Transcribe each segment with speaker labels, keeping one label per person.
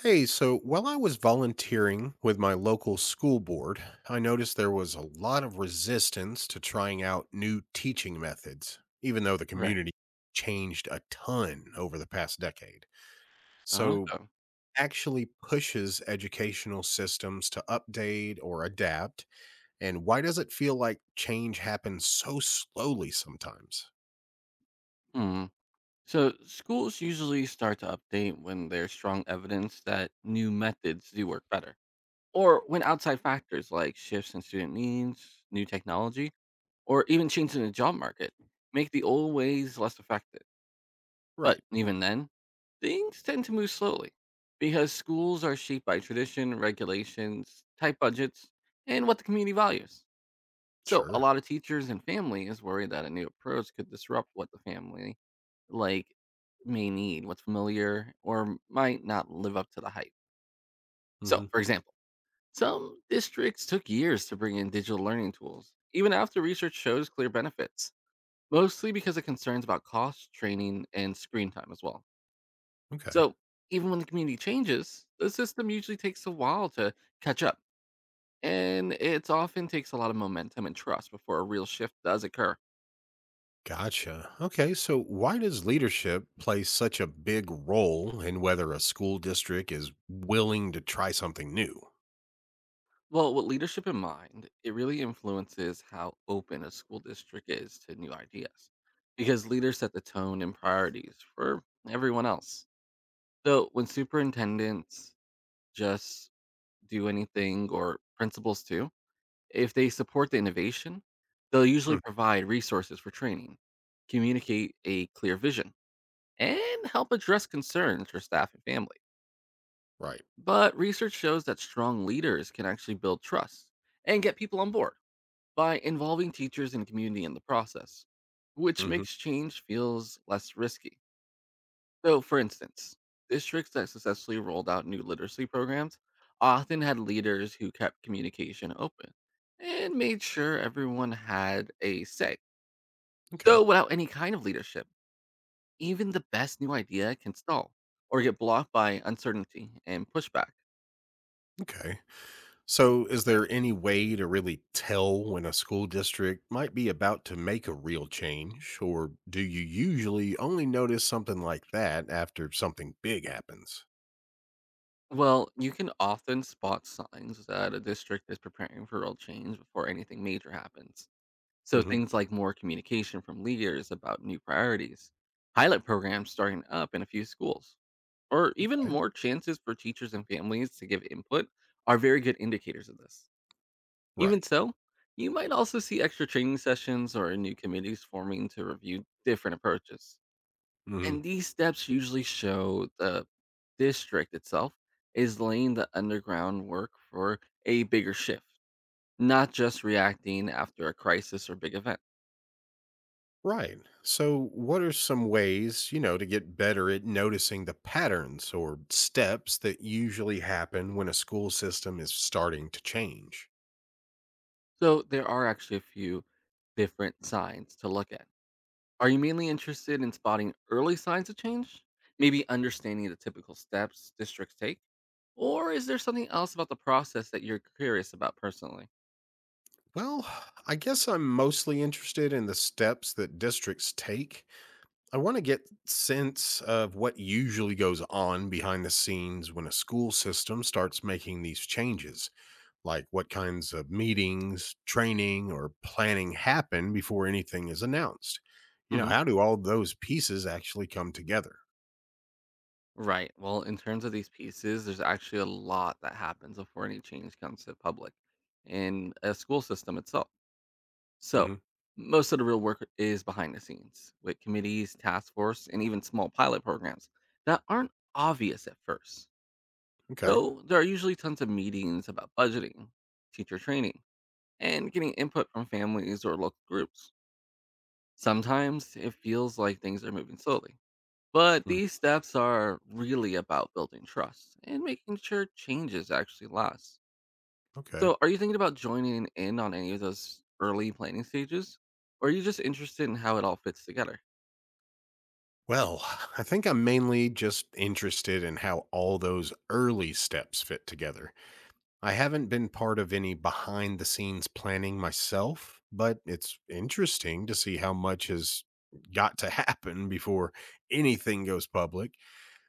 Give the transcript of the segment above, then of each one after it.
Speaker 1: Hey, so while I was volunteering with my local school board, I noticed there was a lot of resistance to trying out new teaching methods, even though the
Speaker 2: Right.
Speaker 1: community changed a ton over the past decade. So,
Speaker 2: Okay.
Speaker 1: actually pushes educational systems to update or adapt, and why does it feel like change happens so slowly sometimes?
Speaker 2: Hmm. So schools usually start to update when there's strong evidence that new methods do work better, or when outside factors like shifts in student needs, new technology, or even changes in the job market make the old ways less effective. But
Speaker 1: Right,
Speaker 2: even then, things tend to move slowly because schools are shaped by tradition, regulations, tight budgets, and what the community values. So, a
Speaker 1: sure.
Speaker 2: lot of teachers and families worry that a new approach could disrupt what the family like may need, what's familiar, or might not live up to the hype. So,
Speaker 1: Mhm.
Speaker 2: for example, some districts took years to bring in digital learning tools, even after research shows clear benefits, mostly because of concerns about cost, training, and screen time as well.
Speaker 1: Okay.
Speaker 2: So, even when the community changes, the system usually takes a while to catch up, and it often takes a lot of momentum and trust before a real shift does occur.
Speaker 1: Gotcha. Okay, so why does leadership play such a big role in whether a school district is willing to try something new?
Speaker 2: Well, with leadership in mind, it really influences how open a school district is to new ideas because leaders set the tone and priorities for everyone else. So when superintendents just do anything or principals too, if they support the innovation, they'll
Speaker 1: Hmm,
Speaker 2: usually provide resources for training, communicate a clear vision, and help address concerns for staff and family.
Speaker 1: right.
Speaker 2: But research shows that strong leaders can actually build trust and get people on board by involving teachers and community in the process, which
Speaker 1: Hmm.
Speaker 2: makes change feels less risky. So, for instance, districts that successfully rolled out new literacy programs often had leaders who kept communication open and made sure everyone had a say.
Speaker 1: Okay.
Speaker 2: Though without any kind of leadership, even the best new idea can stall or get blocked by uncertainty and pushback.
Speaker 1: Okay. So, is there any way to really tell when a school district might be about to make a real change, or do you usually only notice something like that after something big happens?
Speaker 2: Well, you can often spot signs that a district is preparing for real change before anything major happens. So
Speaker 1: Hmm.
Speaker 2: things like more communication from leaders about new priorities, pilot programs starting up in a few schools, or even
Speaker 1: Okay.
Speaker 2: more chances for teachers and families to give input are very good indicators of this.
Speaker 1: Right.
Speaker 2: Even so, you might also see extra training sessions or new committees forming to review different approaches.
Speaker 1: Mm-hmm.
Speaker 2: And these steps usually show the district itself is laying the underground work for a bigger shift, not just reacting after a crisis or big event.
Speaker 1: Right. So, what are some ways, to get better at noticing the patterns or steps that usually happen when a school system is starting to change?
Speaker 2: So there are actually a few different signs to look at. Are you mainly interested in spotting early signs of change? Maybe understanding the typical steps districts take? Or is there something else about the process that you're curious about personally?
Speaker 1: Well, I guess I'm mostly interested in the steps that districts take. I want to get sense of what usually goes on behind the scenes when a school system starts making these changes. Like what kinds of meetings, training, or planning happen before anything is announced. You know,
Speaker 2: hmm
Speaker 1: how do all those pieces actually come together?
Speaker 2: Right. Well, in terms of these pieces, there's actually a lot that happens before any change comes to public in a school system itself. So,
Speaker 1: Hmm.
Speaker 2: most of the real work is behind the scenes with committees, task force, and even small pilot programs that aren't obvious at first.
Speaker 1: Okay.
Speaker 2: So, there are usually tons of meetings about budgeting, teacher training, and getting input from families or local groups. Sometimes it feels like things are moving slowly, but
Speaker 1: Mhm.
Speaker 2: these steps are really about building trust and making sure changes actually last.
Speaker 1: Okay.
Speaker 2: So, are you thinking about joining in on any of those early planning stages? Or are you just interested in how it all fits together?
Speaker 1: Well, I think I'm mainly just interested in how all those early steps fit together. I haven't been part of any behind the scenes planning myself, but it's interesting to see how much has got to happen before anything goes public.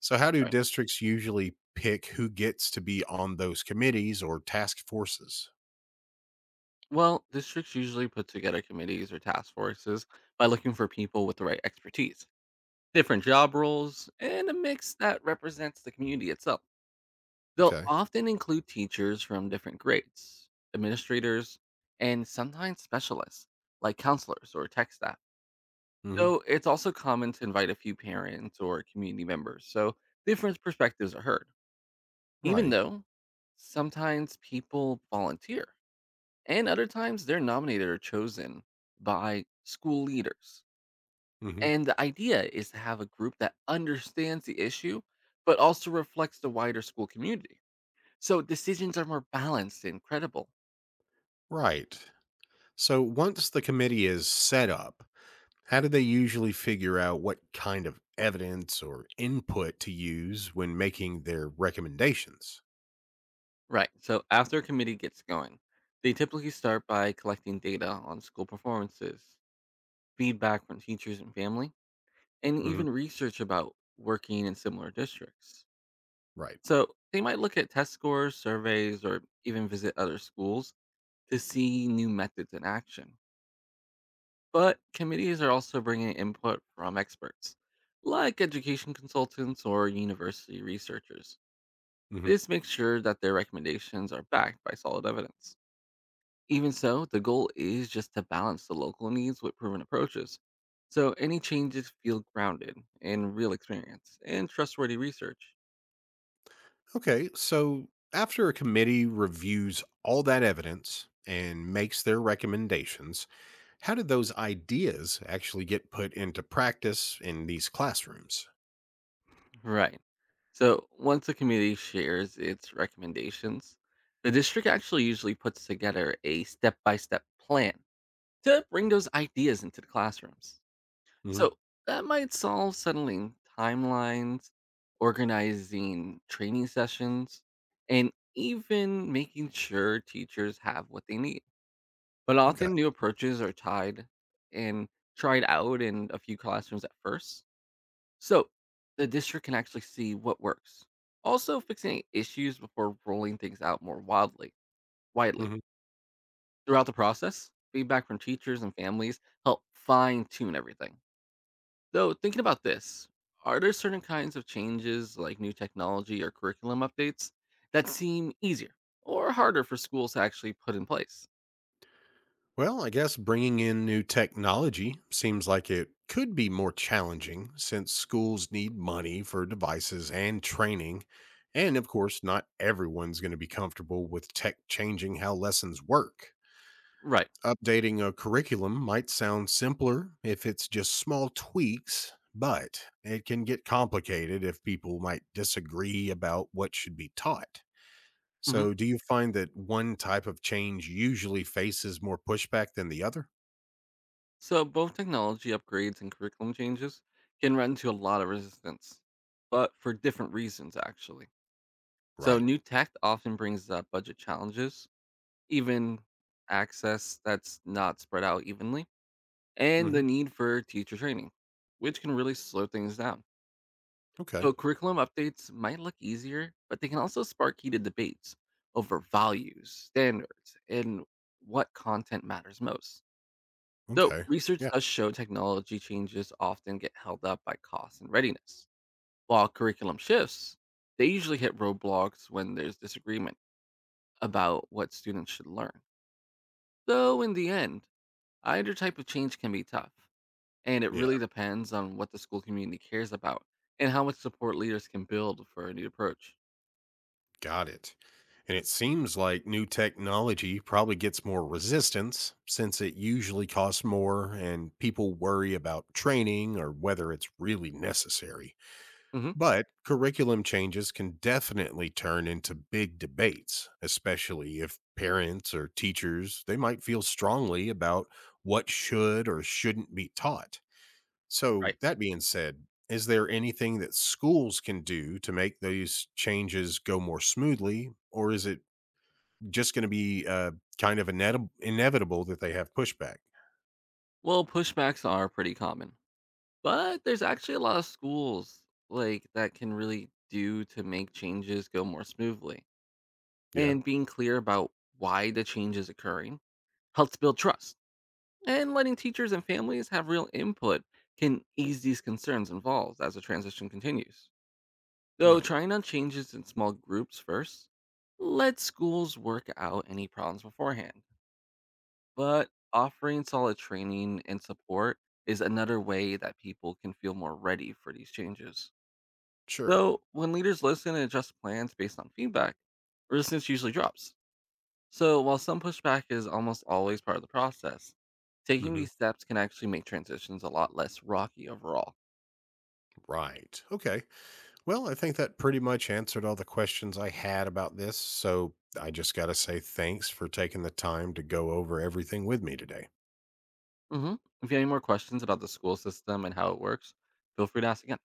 Speaker 1: So, how do
Speaker 2: Right.
Speaker 1: districts usually pick who gets to be on those committees or task forces?
Speaker 2: Well, districts usually put together committees or task forces by looking for people with the right expertise, different job roles, and a mix that represents the community itself. They'll
Speaker 1: Okay.
Speaker 2: often include teachers from different grades, administrators, and sometimes specialists like counselors or tech staff.
Speaker 1: Hmm.
Speaker 2: So, it's also common to invite a few parents or community members so different perspectives are heard. Even
Speaker 1: Right.
Speaker 2: though sometimes people volunteer and other times they're nominated or chosen by school leaders.
Speaker 1: Hmm.
Speaker 2: And the idea is to have a group that understands the issue, but also reflects the wider school community. So decisions are more balanced and credible.
Speaker 1: Right. So, once the committee is set up, how do they usually figure out what kind of evidence or input to use when making their recommendations?
Speaker 2: Right. So after a committee gets going, they typically start by collecting data on school performances, feedback from teachers and family, and
Speaker 1: Hmm.
Speaker 2: even research about working in similar districts.
Speaker 1: Right.
Speaker 2: So they might look at test scores, surveys, or even visit other schools to see new methods in action. But committees are also bringing input from experts, like education consultants or university researchers.
Speaker 1: Hmm.
Speaker 2: This makes sure that their recommendations are backed by solid evidence. Even so, the goal is just to balance the local needs with proven approaches. So any changes feel grounded in real experience and trustworthy research.
Speaker 1: Okay. So, after a committee reviews all that evidence and makes their recommendations, how did those ideas actually get put into practice in these classrooms?
Speaker 2: Right. So once the community shares its recommendations, the district actually usually puts together a step by step plan to bring those ideas into the classrooms.
Speaker 1: Hmm.
Speaker 2: So that might solve settling timelines, organizing training sessions, and even making sure teachers have what they need. But
Speaker 1: Okay.
Speaker 2: often new approaches are tied and tried out in a few classrooms at first so the district can actually see what works. Also, fixing issues before rolling things out more widely.
Speaker 1: Hmm.
Speaker 2: Throughout the process, feedback from teachers and families help fine tune everything. Though, thinking about this, are there certain kinds of changes like new technology or curriculum updates that seem easier or harder for schools to actually put in place?
Speaker 1: Well, I guess bringing in new technology seems like it could be more challenging since schools need money for devices and training. And of course, not everyone's going to be comfortable with tech changing how lessons work.
Speaker 2: Right.
Speaker 1: Updating a curriculum might sound simpler if it's just small tweaks, but it can get complicated if people might disagree about what should be taught.
Speaker 2: hmm
Speaker 1: So, do you find that one type of change usually faces more pushback than the other?
Speaker 2: So, both technology upgrades and curriculum changes can run into a lot of resistance, but for different reasons, actually. So
Speaker 1: Right.
Speaker 2: new tech often brings up budget challenges, even access that's not spread out evenly, and
Speaker 1: Hmm.
Speaker 2: the need for teacher training, which can really slow things down.
Speaker 1: Okay.
Speaker 2: So curriculum updates might look easier, but they can also spark heated debates over values, standards, and what content matters most. So
Speaker 1: Okay.
Speaker 2: research
Speaker 1: Yeah.
Speaker 2: does show technology changes often get held up by cost and readiness, while curriculum shifts, they usually hit roadblocks when there's disagreement about what students should learn. Though, in the end, either type of change can be tough, and it
Speaker 1: Yeah.
Speaker 2: really depends on what the school community cares about and how much support leaders can build for a new approach.
Speaker 1: Got it. And it seems like new technology probably gets more resistance since it usually costs more and people worry about training or whether it's really necessary.
Speaker 2: hmm
Speaker 1: But curriculum changes can definitely turn into big debates, especially if parents or teachers, they might feel strongly about what should or shouldn't be taught. So,
Speaker 2: Right.
Speaker 1: that being said, is there anything that schools can do to make these changes go more smoothly, or is it just going to be kind of inevitable that they have pushback?
Speaker 2: Well, pushbacks are pretty common, but there's actually a lot of schools like that can really do to make changes go more smoothly.
Speaker 1: Yeah,
Speaker 2: And being clear about why the change is occurring helps build trust and letting teachers and families have real input can ease these concerns involved as the transition continues. Though
Speaker 1: right.
Speaker 2: trying out changes in small groups first, let schools work out any problems beforehand. But offering solid training and support is another way that people can feel more ready for these changes.
Speaker 1: Sure.
Speaker 2: Though when leaders listen and adjust plans based on feedback, resistance usually drops. So, while some pushback is almost always part of the process, taking
Speaker 1: Hmm.
Speaker 2: these steps can actually make transitions a lot less rocky overall.
Speaker 1: Right. Okay. Well, I think that pretty much answered all the questions I had about this. So I just got to say thanks for taking the time to go over everything with me today.
Speaker 2: hmm If you have any more questions about the school system and how it works, feel free to ask again.